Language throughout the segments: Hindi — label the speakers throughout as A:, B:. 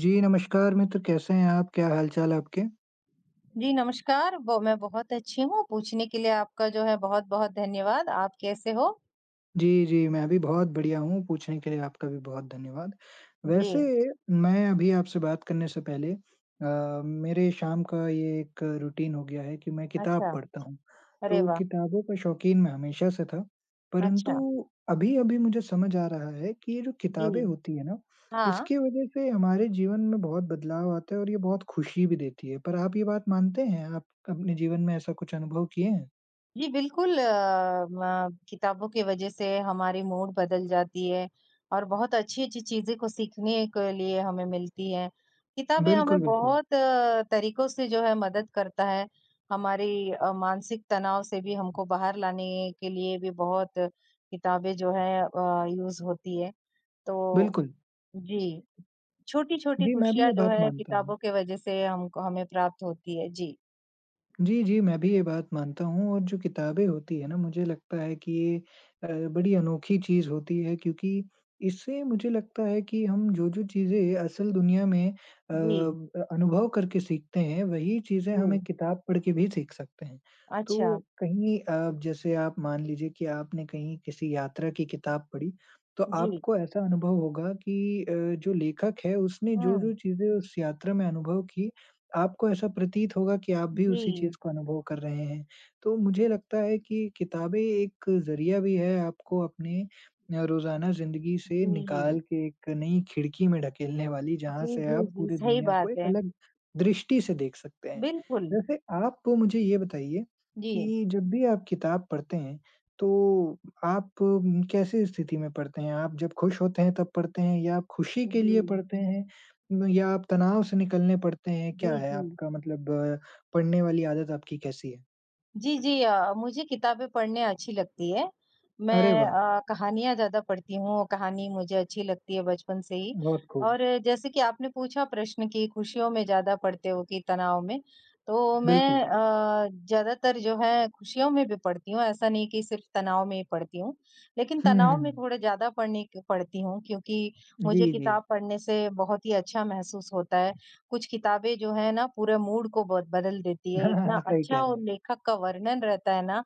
A: जी, नमस्कार मित्र, कैसे हैं आप? क्या हाल-चाल आपके?
B: जी, नमस्कार। ब मैं बहुत अच्छी हूँ, पूछने के लिए आपका जो है बहुत-बहुत धन्यवाद। आप कैसे हो?
A: जी, जी, मैं भी बहुत बढ़िया हूँ, पूछने के लिए आपका भी बहुत धन्यवाद।
B: जी,
A: वैसे मैं अभी आपसे बात करने से पहले मेरे शाम का ये एक रूटीन हो गया है कि मैं किताब
B: अच्छा।
A: पढ़ता हूँ।
B: अरे
A: तो
B: वाह!
A: किताबों का शौकीन मैं हमेशा से था, परंतु
B: अच्छा,
A: अभी-अभी मुझे समझ आ रहा है कि ये जो किताबें
B: जी,
A: होती हैं ना,
B: हाँ।
A: इसकी वजह से हमारे जीवन में बहुत बदलाव आता है और ये बहुत खुशी भी देती है। पर आप ये बात मानते हैं? आप अपने जीवन में ऐसा कुछ अनुभव किए हैं?
B: जी, बिल्कुल अ, म किताबों की वज़ह से हमारी मूड बदल जाती है और बहुत अच्छी-अच्छी चीज़ें को सीखने के लिए हमें मिलती हैं। किताबें हमें
A: बिल्कुल, बिल्कुल।
B: बहुत तरीकों से जो है मदद करता है, हमारी मानसिक तनाव से भी हमको बाहर लाने के लिए भी बहुत किताबें जो है यूज़ होती है। तो
A: बिल्कुल।
B: जी, छोटी-छोटी
A: जी, मैं भी
B: खुशियाँ
A: ये
B: जो
A: बात
B: है
A: मानता हूँ।
B: किताबों के वज़ह से हमको हमें प्राप्त होती है। जी,
A: जी, जी, मैं भी ये बात मानता हूँ और जो किताबें होती हैं ना, मुझे लगता है कि ये अ, बड़ी अनोखी चीज़ होती है क्योंकि इससे मुझे लगता है कि हम जो-जो चीज़ें असल दुनिया में
B: जी,
A: अनुभव करके सीखते हैं, वही चीज़ें
B: जी।
A: हम एक किताब पढ़ के भी सीख सकते हैं। तो
B: अच्छा,
A: कहीं जैसे आप मान लीजिए कि आपने कहीं किसी यात्रा की किताब पढ़ी, तो
B: जी।
A: आपको ऐसा अनुभव होगा कि जो लेखक है उसने
B: हुँ।
A: जो-जो चीज़ें उस यात्रा में अनुभव की आपको ऐसा प्रतीत होगा कि आप भी उसी
B: जी,
A: चीज़ को अनुभव कर रहे हैं। तो मुझे लगता है कि किताबें एक ज़रिया भी है आपको अपने रोज़ाना ज़िंदगी से निकाल
B: जी।
A: के एक नई खिड़की में ढकेलने वाली, जहाँ
B: जी,
A: से
B: जी,
A: आप
B: जी,
A: पूरी
B: सही
A: दुनिया को
B: बात
A: एक
B: है।
A: अलग दृष्टि से देख सकते हैं।
B: बिल्कुल।
A: वैसे आप मुझे ये बताइए
B: जी,
A: कि जब भी आप किताब पढ़ते हैं, तो आप कैसे स्थिति में पढ़ते हैं? आप जब खुश होते हैं तब पढ़ते हैं या आप खुशी के लिए
B: जी।
A: पढ़ते हैं या आप तनाव से निकलने पड़ते हैं, क्या
B: जी,
A: है
B: जी।
A: आपका मतलब? पढ़ने वाली आदत आपकी कैसी है?
B: जी, जी। मुझे किताबें पढ़ने अच्छी लगती है।
A: अरे
B: मैं
A: वाह!
B: कहानियाँ ज़्यादा पढ़ती हूँ, कहानी मुझे अच्छी लगती है बचपन से ही।
A: बहुत खूब,
B: और जैसे कि आपने पूछा प्रश्न कि खुशियों में ज़्यादा पढ़ते हो कि तनाव में? तो मैं
A: बिल्कुल।
B: ज़्यादातर जो है खुशियों में भी पढ़ती हूँ, ऐसा नहीं कि सिर्फ़ तनाव में ही पढ़ती हूँ। लेकिन
A: हुँ,
B: तनाव में
A: हुँ।
B: थोड़ा ज़्यादा पढ़ने क पढ़ती हूँ क्योंकि मुझे
A: जी, जी।
B: किताब पढ़ने से बहुत ही अच्छा महसूस होता है। कुछ किताबें जो है ना पूरे मूड को बहुत बदल देती है।
A: हाँ, हाँ,
B: इतना
A: हाँ, सही
B: अच्छा
A: कह रहे
B: और
A: हैं।
B: लेखक का वर्णन रहता है ना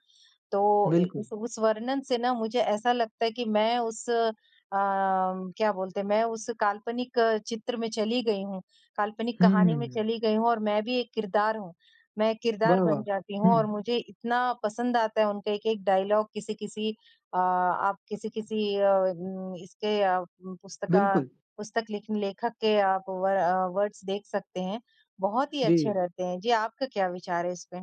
B: तो इ
A: बिल्कुल।
B: उस वर्णन से ना मुझे ऐसा लगता है कि मैं क्या बोलते हैं, मैं उस काल्पनिक चित्र में चली गई हूँ, काल्पनिक कहानी में
A: हुँ।
B: चली गई हूँ और मैं भी एक किरदार हूँ। मैं एक किरदार
A: वाह,
B: बन
A: वाह!
B: जाती हूँ
A: हुँ,
B: और मुझे इतना पसंद आता है उनका एक-एक डायलॉग आप किसी-किसी अ, उम, इसके अ, म, पुस्तका
A: बिल्कुल।
B: पुस्तक लिख लेखक के आप वर्ड्स देख सकते हैं। बहुत ही
A: जी।
B: अच्छे रहते हैं। जी, आपका क्या विचार है इस पे?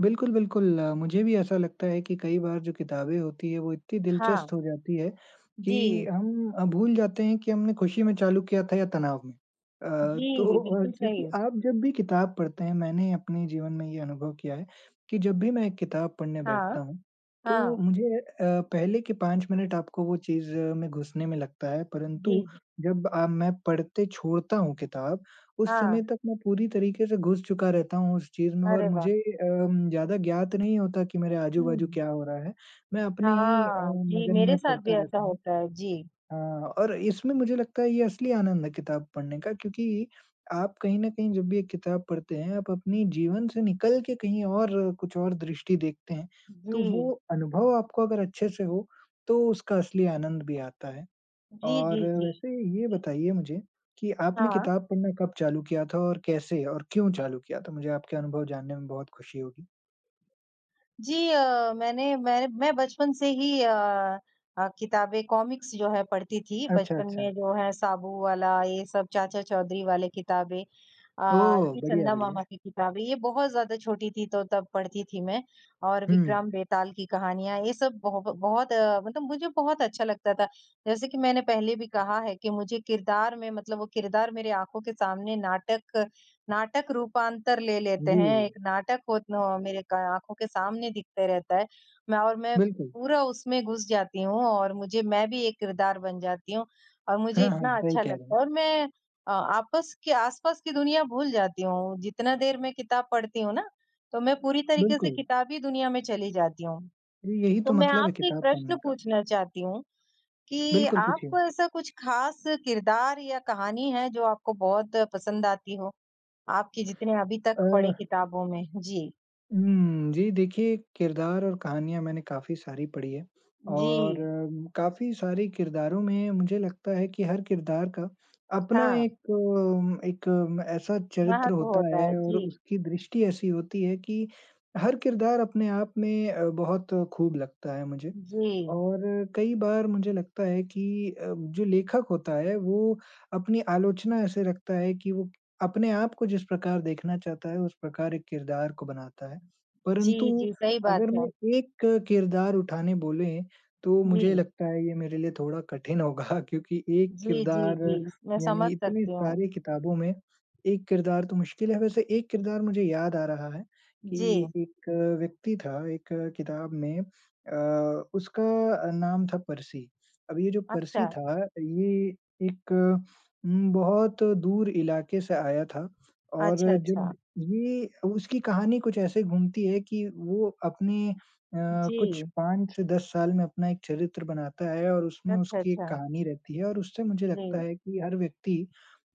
A: बिल्कुल, बिल्कुल। मुझे भी ऐसा लगता है कि कई बार जो किताबें होती हैं, वो इतनी
B: हाँ,
A: दिलचस्प हो जाती है कि
B: जी।
A: हम भूल जाते हैं कि हमने खुशी में चालू किया था या तनाव में।
B: जी,
A: तो
B: बिल्कुल
A: क्योंकि
B: सही।
A: आप जब भी किताब पढ़ते हैं, मैंने अपने जीवन में ये अनुभव किया है कि जब भी मैं एक किताब पढ़ने
B: हाँ,
A: बैठता हूँ, तो
B: हाँ,
A: मुझे पहले के 5 मिनट आपको वो चीज़ में घुसने में लगता है, परंतु
B: जी,
A: जब मैं पढ़ते छोड़ता हूँ किताब उस
B: हाँ,
A: समय तक मैं पूरी तरीके से घुस चुका रहता हूँ उस चीज़ में और
B: अरे वाह!
A: मुझे ज़्यादा ज्ञात नहीं होता कि मेरे आजू-बाजू
B: हुँ,
A: क्या हो रहा है। मैं अपने ही
B: हाँ, जी,
A: मगन
B: मेरे
A: में
B: साथ भी
A: पढ़ता
B: ऐसा
A: रहता हूँ।
B: होता है। जी,
A: अ, और इसमें मुझे लगता है ये असली आनंद है किताब पढ़ने का क्योंकि आप कहीं न कहीं जब भी एक किताब पढ़ते हैं, आप अपनी जीवन से निकल के कहीं और कुछ और दृष्टि देखते हैं,
B: जी,
A: तो वो अनुभव आपको अगर अच्छे से हो, तो उसका असली आनंद भी आता है।
B: जी,
A: और
B: जी, जी,
A: वैसे ये बताइए मुझे कि आपने
B: हाँ।
A: किताब पढ़ना कब चालू किया था और कैसे और क्यों चालू किया था? मुझे आपके अनुभव जानने में बहुत खुशी होगी।
B: जी, मैं बचपन से ही किताबें कॉमिक्स जो है पढ़ती थी।
A: अच्छा,
B: बचपन
A: अच्छा।
B: में जो है साबू वाला ये सब चाचा चौधरी वाले किताबें
A: ओह!
B: ये
A: बढ़िया,
B: चंदा
A: बढ़िया।
B: मामा की किताबें ये बहुत ज़्यादा छोटी थी तो तब पढ़ती थी मैं और
A: हुँ।
B: विक्रम बेताल की कहानियाँ ये सब बहुत मतलब मुझे बहुत अच्छा लगता था। जैसे कि मैंने पहले भी कहा है कि मुझे किरदार में मतलब वो किरदार मेरे आँखों के सामने नाटक नाटक रूपांतर ले लेते
A: जी,
B: हैं, एक नाटक मेरे क आँखों के सामने दिखते रहता है। मैं
A: बिल्कुल।
B: पूरा उसमें घुस जाती हूँ और मुझे मैं भी एक किरदार बन जाती हूँ और मुझे
A: हाँ, हाँ,
B: इतना
A: सही
B: अच्छा
A: कह रहे
B: लगता
A: हैं।
B: है और मैं आपस के आस-पास की दुनिया भूल जाती हूँ। जितना देर मैं किताब पढ़ती हूँ ना, तो मैं पूरी तरीके से
A: बिल्कुल,
B: किताबी दुनिया में चली जाती हूँ।
A: यही
B: तो
A: तो
B: मैं
A: मतलब है
B: आपसे एक
A: किताब
B: प्रश्न
A: पढ़ने का।
B: पूछना चाहती हूँ कि
A: बिल्कुल, पूछिए।
B: आपको ऐसा कुछ खास किरदार या कहानी है जो आपको बहुत पसंद आती हो? आपकी जितने अभी
A: अ
B: तक पढ़े किताबों में। जी,
A: हुँ, जी देखिए, किरदार और कहानियाँ मैंने काफ़ी सारी पढ़ी है
B: जी।
A: और काफ़ी सारे किरदारों में मुझे लगता है कि हर किरदार का अपना
B: हाँ,
A: एक ऐसा चरित्र
B: महत्व
A: होता
B: होता
A: है
B: है।
A: और
B: जी,
A: उसकी दृष्टि ऐसी होती है कि हर किरदार अपने आप में बहुत खूब लगता है मुझे।
B: जी।
A: और कई बार मुझे लगता है कि जो लेखक होता है वो अपनी आलोचना ऐसे रखता है कि वो अपने आप को जिस प्रकार देखना चाहता है उस प्रकार एक किरदार को बनाता है।
B: जी,
A: परंतु
B: जी, सही
A: अगर
B: बात है।
A: मैं एक किरदार उठाने बोले तो
B: जी,
A: मुझे लगता है ये मेरे लिए थोड़ा कठिन होगा क्योंकि एक
B: जी, जी,
A: किरदार
B: जी, मैं समझ
A: यानी इतने
B: सकती हूँ।
A: सारे किताबों में एक किरदार तो मुश्किल है। वैसे एक किरदार मुझे याद आ रहा है
B: जी,
A: कि एक व्यक्ति था एक किताब में, उसका नाम था पर्सी। अब ये जो
B: अच्छा,
A: पर्सी था, ये एक बहुत दूर इलाके से आया था और
B: अच्छा, अच्छा।
A: जब ये उसकी कहानी कुछ ऐसे घूमती है कि वो अपने कुछ
B: जी,
A: 5 से 10 साल में अपना एक चरित्र बनाता है और उसमें
B: अच्छा,
A: उसकी एक
B: अच्छा।
A: कहानी रहती है और उससे मुझे लगता
B: जी,
A: है कि हर व्यक्ति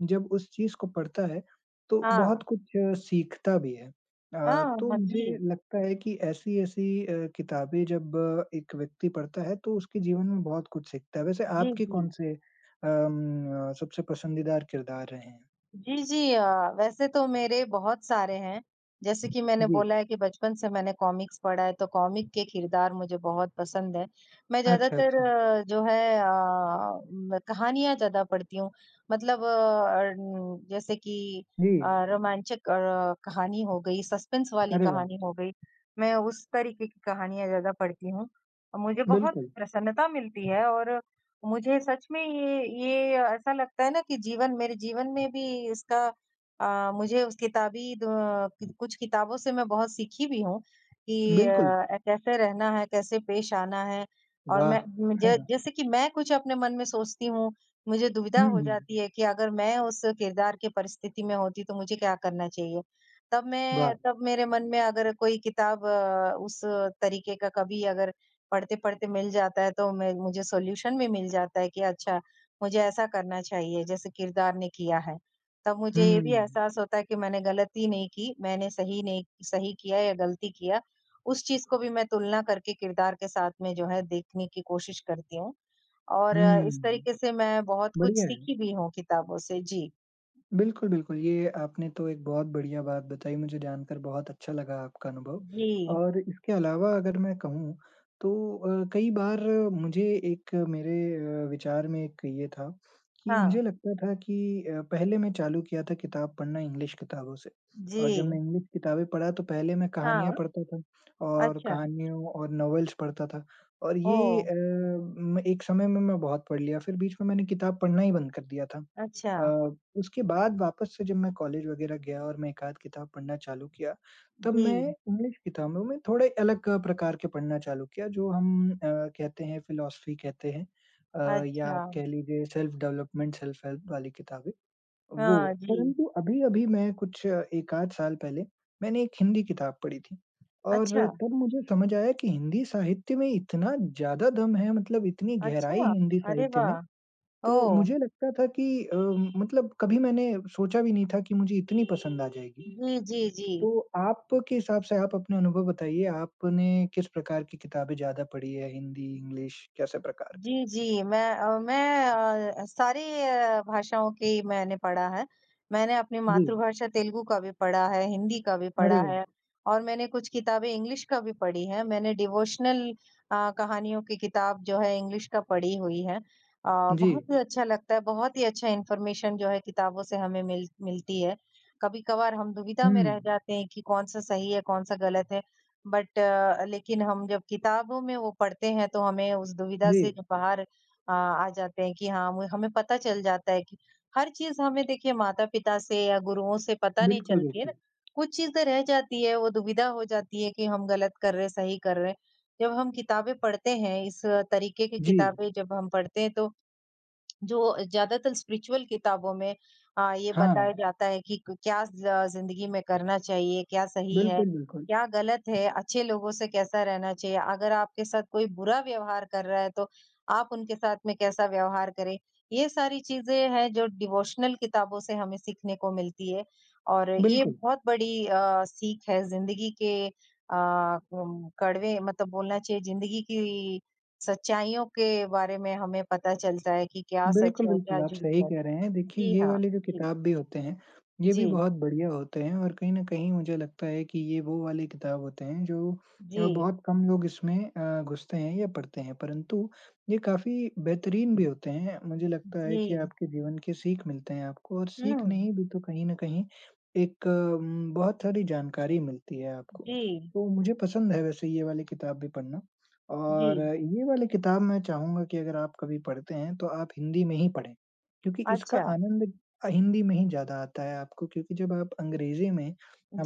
A: जब उस चीज़ को पढ़ता है, तो
B: हाँ,
A: बहुत कुछ सीखता भी है।
B: हाँ,
A: तो
B: हाँ
A: मुझे
B: जी,
A: लगता है कि ऐसी-ऐसी किताबें जब एक व्यक्ति पढ़ता है तो उसके जीवन में बहुत कुछ सीखता है। वैसे
B: जी,
A: आपके
B: जी।
A: कौन से सबसे पसंदीदार किरदार रहे हैं?
B: जी, जी। वैसे तो मेरे बहुत सारे हैं। जैसे कि मैंने
A: जी,
B: बोला है कि बचपन से मैंने कॉमिक्स पढ़ा है, तो कॉमिक के किरदार मुझे बहुत पसंद हैं। मैं
A: अच्छा,
B: ज़्यादातर
A: अच्छा।
B: अ, जो है अ, म कहानियाँ ज़्यादा पढ़ती हूँ। मतलब अ, न जैसे कि
A: जी,
B: रोमांचक कहानी हो गई, सस्पेंस वाली
A: अरे वाह!
B: कहानी हो गई, मैं उस तरीके की कहानियाँ ज़्यादा पढ़ती हूँ। मुझे बहुत
A: बिल्कुल,
B: प्रसन्नता मिलती है और मुझे सच में ये ऐसा लगता है ना कि जीवन मेरे जीवन में भी इसका अ, मुझे उस किताबी द कि कुछ किताबों से मैं बहुत सीखी भी हूँ कि
A: बिल्कुल।
B: कैसे रहना है, कैसे पेश आना है और
A: वाह!
B: मैं
A: है
B: मुझे
A: ना?
B: जैसे कि मैं कुछ अपने मन में सोचती हूँ, मुझे दुविधा
A: हुँ,
B: हो
A: हुँ,
B: जाती है कि अगर मैं उस किरदार के परिस्थिति में होती तो मुझे क्या करना चाहिए?
A: वाह!
B: तब मेरे मन में अगर कोई किताब उस तरीके का कभी अगर पढ़ते-पढ़ते मिल जाता है तो मैं मुझे सॉल्यूशन भी मिल जाता है कि अच्छा, मुझे ऐसा करना चाहिए जैसे किरदार ने किया है। तब मुझे
A: हुँ,
B: ये भी एहसास होता है कि मैंने गलती नहीं की, मैंने सही नहीं सही किया या गलती किया। उस चीज़ को भी मैं तुलना करके किरदार के साथ में जो है देखने की कोशिश करती हूँ और इस
A: हुँ,
B: तरीके से मैं बहुत कुछ
A: बढ़िया है।
B: सीखी भी हूँ किताबों से। जी।
A: बिल्कुल, बिल्कुल। ये आपने तो एक बहुत बढ़िया बात बताई, मुझे जानकर बहुत अच्छा लगा आपका अनुभव।
B: जी।
A: और इसके अलावा अगर मैं कहूँ तो कई बार मुझे एक मेरे विचार में एक ये था कि
B: हाँ।
A: मुझे लगता था कि पहले मैं चालू किया था किताब पढ़ना इंग्लिश किताबों से और
B: जी।
A: जब मैं इंग्लिश किताबें पढ़ा तो पहले मैं
B: हाँ।
A: कहानियाँ पढ़ता था और
B: अच्छा।
A: कहानियों और नॉवेल्स पढ़ता था और ये
B: ओह!
A: अ, म एक समय में मैं बहुत पढ़ लिया, फिर बीच में मैंने किताब पढ़ना ही बंद कर दिया था।
B: अच्छा।
A: अ, उसके बाद वापस से जब मैं कॉलेज वगैरह गया और मैं एक आध किताब पढ़ना चालू किया, तब
B: जी।
A: मैं इंग्लिश किताबों में थोड़े अलग प्रकार के पढ़ना चालू किया जो हम कहते हैं फ़िलॉसफ़ी कहते हैं, या
B: अच्छा।
A: आप कह लीजिए सेल्फ़ डेवलपमेंट, सेल्फ़ हेल्प वाली किताबें, वो।
B: हाँ जी।
A: परंतु अभी-अभी मैं कुछ 1 आध साल पहले मैंने एक हिंदी किताब पढ़ी थी और
B: अच्छा।
A: तब मुझे समझ आया कि हिंदी साहित्य में इतना ज़्यादा दम है, मतलब इतनी गहराई
B: अच्छा!
A: है हिंदी
B: अरे
A: साहित्य में।
B: वाह!
A: तो
B: ओह!
A: मुझे लगता था कि अ, मतलब कभी मैंने सोचा भी नहीं था कि मुझे इतनी पसंद आ जाएगी।
B: जी, जी, जी।
A: तो आपके हिसाब से आप अपने अनुभव बताइए, आपने किस प्रकार की किताबें ज़्यादा पढ़ी है? हिंदी, इंग्लिश कैसे प्रकार?
B: जी, जी, मैं अ, सारी अ, भाषाओं की मैंने पढ़ा है। मैंने अपनी
A: की? जी,
B: मातृभाषा तेलुगु का भी पढ़ा है, हिंदी का भी
A: अरे
B: पढ़ा
A: वाह!
B: है और मैंने कुछ किताबें इंग्लिश का भी पढ़ी हैं। मैंने डिवोशनल कहानियों की किताब जो है इंग्लिश का पढ़ी हुई है।
A: जी,
B: बहुत ही अच्छा लगता है, बहुत ही अच्छा इन्फॉर्मेशन जो है किताबों से हमें मिलती है। कभी-कभार हम दुविधा
A: हुँ,
B: में रह जाते हैं कि कौन-सा सही है, कौन-सा गलत है। लेकिन हम जब किताबों में वो पढ़ते हैं तो हमें उस दुविधा
A: जी,
B: से जो बाहर आ जाते हैं कि हाँ हमें पता चल जाता है कि हर चीज हमें देखिए माता पिता से या गुरुओं से पता नहीं
A: बिल्कुल,
B: चलती है ना,
A: बिल्कुल।
B: कुछ चीजें रह जाती है वो दुविधा हो जाती है कि हम गलत कर रहे सही कर रहे। जब हम किताबें पढ़ते हैं, इस तरीके की
A: जी,
B: किताबें जब हम पढ़ते हैं तो जो ज्यादातर स्पिरिचुअल किताबों में ये
A: हाँ,
B: बताया जाता है कि क्या जिंदगी में करना चाहिए, क्या सही है,
A: बिल्कुल, बिल्कुल,
B: क्या गलत है, अच्छे लोगों से कैसा रहना चाहिए, अगर आपके साथ कोई बुरा व्यवहार कर रहा है तो आप उनके साथ में कैसा व्यवहार करें। ये सारी चीजें हैं जो डिवोशनल किताबों से हमें सीखने को मिलती है और ये
A: बिल्कुल।
B: बहुत बड़ी सीख है जिंदगी के, अ, कड़वे मतलब बोलना चाहिए जिंदगी की सच्चाइयों के बारे में हमें पता चलता है कि क्या सच
A: बिल्कुल,
B: है,
A: बिल्कुल,
B: क्या
A: आप
B: झूठ
A: सही
B: है।
A: कह रहे हैं। देखिए,
B: जी
A: ये
B: हाँ,
A: वाले जो
B: जी।
A: किताब भी होते हैं, ये
B: जी,
A: भी बहुत बढ़िया होते हैं और कहीं न कहीं मुझे लगता है कि ये वो वाले किताब होते हैं जो
B: जी,
A: बहुत कम लोग इसमें घुसते हैं या पढ़ते हैं, परंतु ये काफ़ी बेहतरीन भी होते हैं। मुझे लगता है कि
B: जी।
A: आपके जीवन की सीख मिलते हैं आपको और सीख
B: हुँ।
A: नहीं भी तो कहीं न कहीं एक बहुत सारी जानकारी मिलती है आपको।
B: जी,
A: तो मुझे पसंद है वैसे ये वाली किताब भी पढ़ना।
B: जी।
A: और ये वाली किताब मैं चाहूँगा कि अगर आप कभी पढ़ते हैं, तो आप हिंदी में ही पढ़ें, क्योंकि इसका
B: अच्छा।
A: आनंद हिंदी में ही ज़्यादा आता है आपको क्योंकि जब आप अंग्रेजी में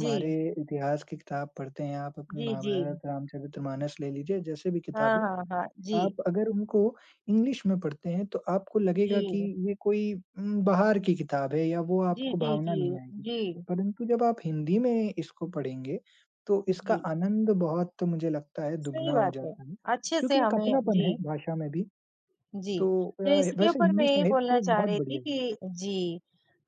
B: जी,
A: इतिहास की किताब पढ़ते हैं, आप अपने
B: जी, जी।
A: महाभारत, रामचरितमानस ले लीजिए, जैसे भी
B: हाँ,
A: किताबें,
B: हाँ, हाँ। जी,
A: आप अगर उनको इंग्लिश में पढ़ते हैं, तो आपको लगेगा कि
B: जी।
A: ये कोई बाहर की किताब है या वो
B: जी,
A: आपको
B: जी,
A: भावना
B: जी।
A: नहीं आएगी।
B: जी,
A: परंतु जब आप हिंदी में इसको पढ़ेंगे, तो इसका
B: जी।
A: आनंद बहुत मुझे लगता है
B: सही
A: दुगना हो
B: बात है।
A: जाता है,
B: अच्छे से
A: क्योंकि एक
B: हमें
A: अपनापन
B: जी।
A: है भाषा में भी।
B: जी,
A: तो अ,
B: तो इसके
A: वैसे
B: ऊपर मैं
A: हिंदी
B: यही बोलना
A: साहित्य
B: चाह
A: बहुत
B: रही थी
A: बढ़िया है।
B: कि जी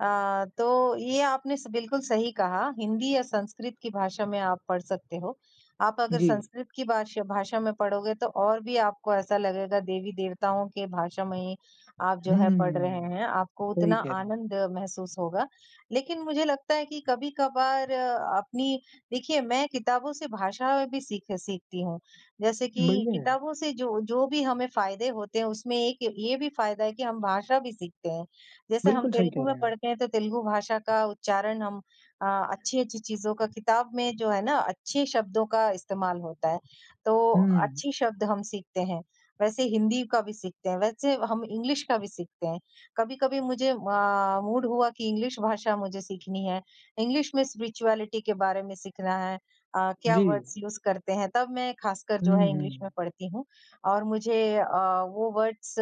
B: अ, तो ये आपने स बिल्कुल सही कहा, हिंदी या संस्कृत की भाषा में आप पढ़ सकते हो। आप अगर
A: जी।
B: संस्कृत की भाषा भाषा में पढ़ोगे तो और भी आपको ऐसा लगेगा देवी-देवताओं के भाषा में ही आप जो है पढ़
A: हुँ,
B: रहे हैं, आपको
A: सही
B: उतना
A: कह रहे हैं।
B: आनंद महसूस होगा। लेकिन मुझे लगता है कि कभी-कभार अपनी देखिए मैं किताबों से भाषा भी सीखती हूँ। जैसे कि
A: बढ़िया है,
B: किताबों से जो जो भी हमें फायदे होते हैं उसमें एक ये भी फायदा है कि हम भाषा भी सीखते हैं। जैसे हम
A: बिल्कुल सही
B: तेलुगु
A: कह
B: में
A: रहे हैं आप।
B: पढ़ते हैं तो तेलुगु भाषा का उच्चारण अ, अच्छी-अच्छी चीज़ों का किताब में जो है ना अच्छे शब्दों का इस्तेमाल होता है, तो
A: हुँ,
B: अच्छे शब्द हम सीखते हैं। वैसे हिंदी का भी सीखते हैं, वैसे हम इंग्लिश का भी सीखते हैं। कभी-कभी मुझे मूड हुआ कि इंग्लिश भाषा मुझे सीखनी है, इंग्लिश में स्पिरिचुअलिटी के बारे में सीखना है। क्या
A: जी।
B: वर्ड्स यूज़ करते हैं, तब मैं खासकर
A: हुँ,
B: जो है
A: हुँ।
B: इंग्लिश में पढ़ती हूँ। और वो वर्ड्स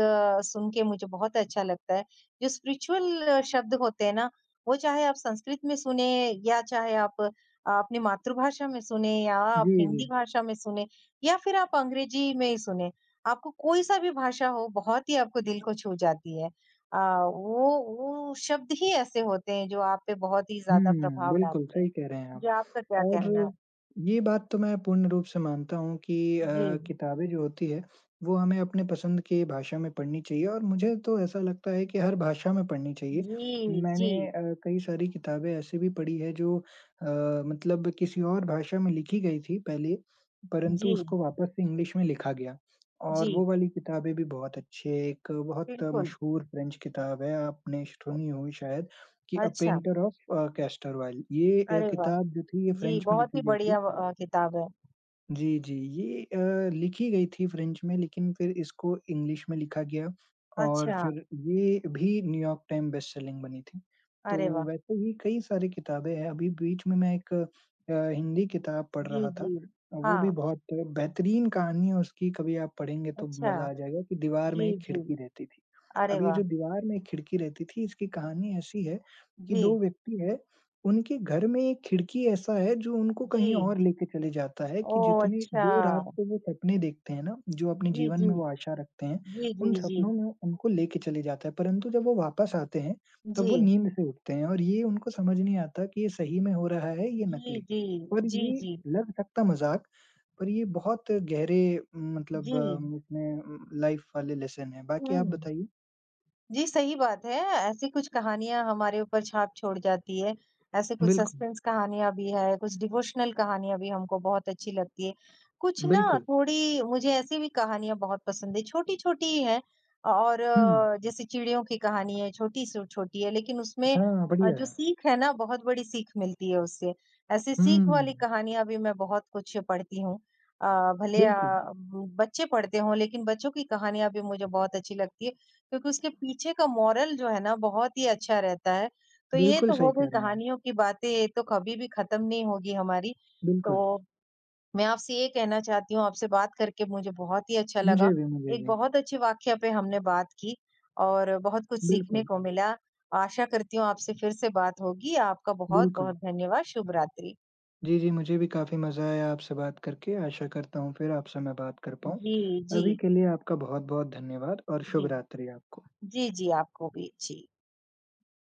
B: सुन के मुझे बहुत अच्छा लगता है। जो स्पिरिचुअल शब्द होते हैं ना, वो चाहे आप संस्कृत में सुने या चाहे आप अपनी मातृभाषा में सुने या आप
A: जी, जी।
B: हिंदी भाषा में सुने या फिर आप अंग्रेजी में ही सुने, आपको कोई सा भी भाषा हो, बहुत ही आपको दिल को छू जाती है। अ, वो शब्द ही ऐसे होते हैं जो आप पे बहुत ही
A: हुँ,
B: ज़्यादा प्रभाव
A: बिल्कुल
B: डालते हैं।
A: सही कह रहे हैं
B: जी,
A: आप।
B: आपका क्या कहना है?
A: और ये बात तो मैं पूर्ण रूप से मानता हूँ कि
B: जी,
A: किताबें जो होती है, वो हमें अपने पसंद की भाषा में पढ़नी चाहिए और मुझे तो ऐसा लगता है कि हर भाषा में पढ़नी चाहिए।
B: जी, जी,
A: मैंने कई सारी किताबें ऐसी भी पढ़ी है जो मतलब किसी और भाषा में लिखी गई थी पहले, परंतु
B: जी,
A: उसको वापस से इंग्लिश में लिखा गया और वो
B: जी,
A: वाली किताबें भी बहुत अच्छी है। एक बहुत
B: बिल्कुल।
A: मशहूर फ्रेंच किताब है, आपने सुनी हो शायद कि
B: अच्छा,
A: पेंटर ऑफ कैस्टरवाइल। ये
B: अरे वाह!
A: किताब जो थी ये
B: जी,
A: फ्रेंच में
B: बहुत ही
A: लिखी गई
B: बढ़िया
A: थी।
B: व अ, किताब है।
A: जी, जी, ये लिखी गई थी फ्रेंच में लेकिन फिर इसको इंग्लिश में लिखा गया और
B: अच्छा,
A: फिर ये भी न्यूयॉर्क टाइम बेस्ट सेलिंग बनी थी। तो
B: अरे वाह!
A: वैसे ही कई सारी किताबें हैं, अभी बीच में मैं एक हिंदी किताब पढ़
B: जी,
A: रहा था।
B: जी,
A: वो भी
B: हाँ,
A: बहुत बेहतरीन कहानी है उसकी, कभी आप पढ़ेंगे तो
B: अच्छा,
A: मज़ा आ जाएगा, कि दीवार
B: जी,
A: में एक
B: जी,
A: खिड़की रहती थी।
B: अरे
A: अब ये
B: वाह!
A: जो दीवार में एक खिड़की रहती थी इसकी कहानी ऐसी है कि
B: जी,
A: 2 व्यक्ति है उनके घर में एक खिड़की ऐसा है जो उनको कहीं
B: जी,
A: और लेके चले जाता है कि
B: ओह!
A: जितने
B: अच्छा,
A: जो रात को वो सपने देखते हैं ना, जो अपने
B: जी,
A: जीवन
B: जी,
A: में वो आशा रखते हैं,
B: जी,
A: उन
B: जी, जी,
A: सपनों में उनको लेके चले जाता है, परंतु जब वो वापस आते हैं,
B: जी,
A: तब वो नींद से उठते हैं और ये उनको समझ नहीं आता कि ये सही में हो रहा है या
B: जी,
A: नकली।
B: जी,
A: और
B: जी,
A: ये
B: जी,
A: लग सकता मज़ाक, पर ये बहुत गहरे
B: जी,
A: मतलब इसमें लाइफ़ वाले लेसन हैं। बाकी आप
B: हुँ।
A: बताइए?
B: जी, सही बात है। ऐसी कुछ कहानियाँ हमारे ऊपर छाप छोड़ जाती है। ऐसे कुछ
A: बिल्कुल,
B: सस्पेंस कहानियाँ भी है, कुछ डिवोशनल कहानियाँ भी हमको बहुत अच्छी लगती है। कुछ ना
A: बिल्कुल।
B: थोड़ी मुझे ऐसी भी कहानियाँ बहुत पसंद है, छोटी-छोटी ही हैं और
A: हुँ,
B: जैसे चिड़ियों की कहानी है, छोटी से छोटी है लेकिन उसमें
A: हाँ,
B: अ,
A: बढ़िया
B: जो
A: है।
B: सीख है ना बहुत बड़ी सीख मिलती है उससे। ऐसी सीख
A: हुँ,
B: वाली कहानियाँ भी मैं बहुत कुछ पढ़ती हूँ। अ, भले
A: बिल्कुल।
B: बच्चे पढ़ते हों लेकिन बच्चों की कहानियाँ भी मुझे बहुत अच्छी लगती है क्योंकि उसके पीछे का मोरल जो है ना बहुत ही अच्छा रहता है। तो ये
A: बिल्कुल
B: तो हो
A: सही
B: गई
A: कह रहे हैं।
B: कहानियों की बातें, ये तो कभी भी खत्म नहीं होगी हमारी। तो
A: बिल्कुल,
B: मैं आपसे ये कहना चाहती हूँ, आपसे बात करके मुझे बहुत ही अच्छा लगा।
A: मुझे भी, मुझे
B: एक
A: भी।
B: बहुत अच्छे वाक़या पे हमने बात की और बहुत कुछ सीखने
A: बिल्कुल,
B: को मिला। आशा करती हूँ आपसे फिर से बात होगी। आपका
A: बिल्कुल।
B: बहुत-बहुत धन्यवाद। शुभ रात्रि।
A: जी, जी, मुझे भी काफ़ी मज़ा आया आपसे बात करके। आशा करता हूँ फिर आपसे मैं बात कर पाऊँ।
B: जी, जी,
A: अभी के लिए आपका बहुत-बहुत धन्यवाद और
B: जी।
A: शुभ रात्रि आपको।
B: जी, जी, आपको भी। जी।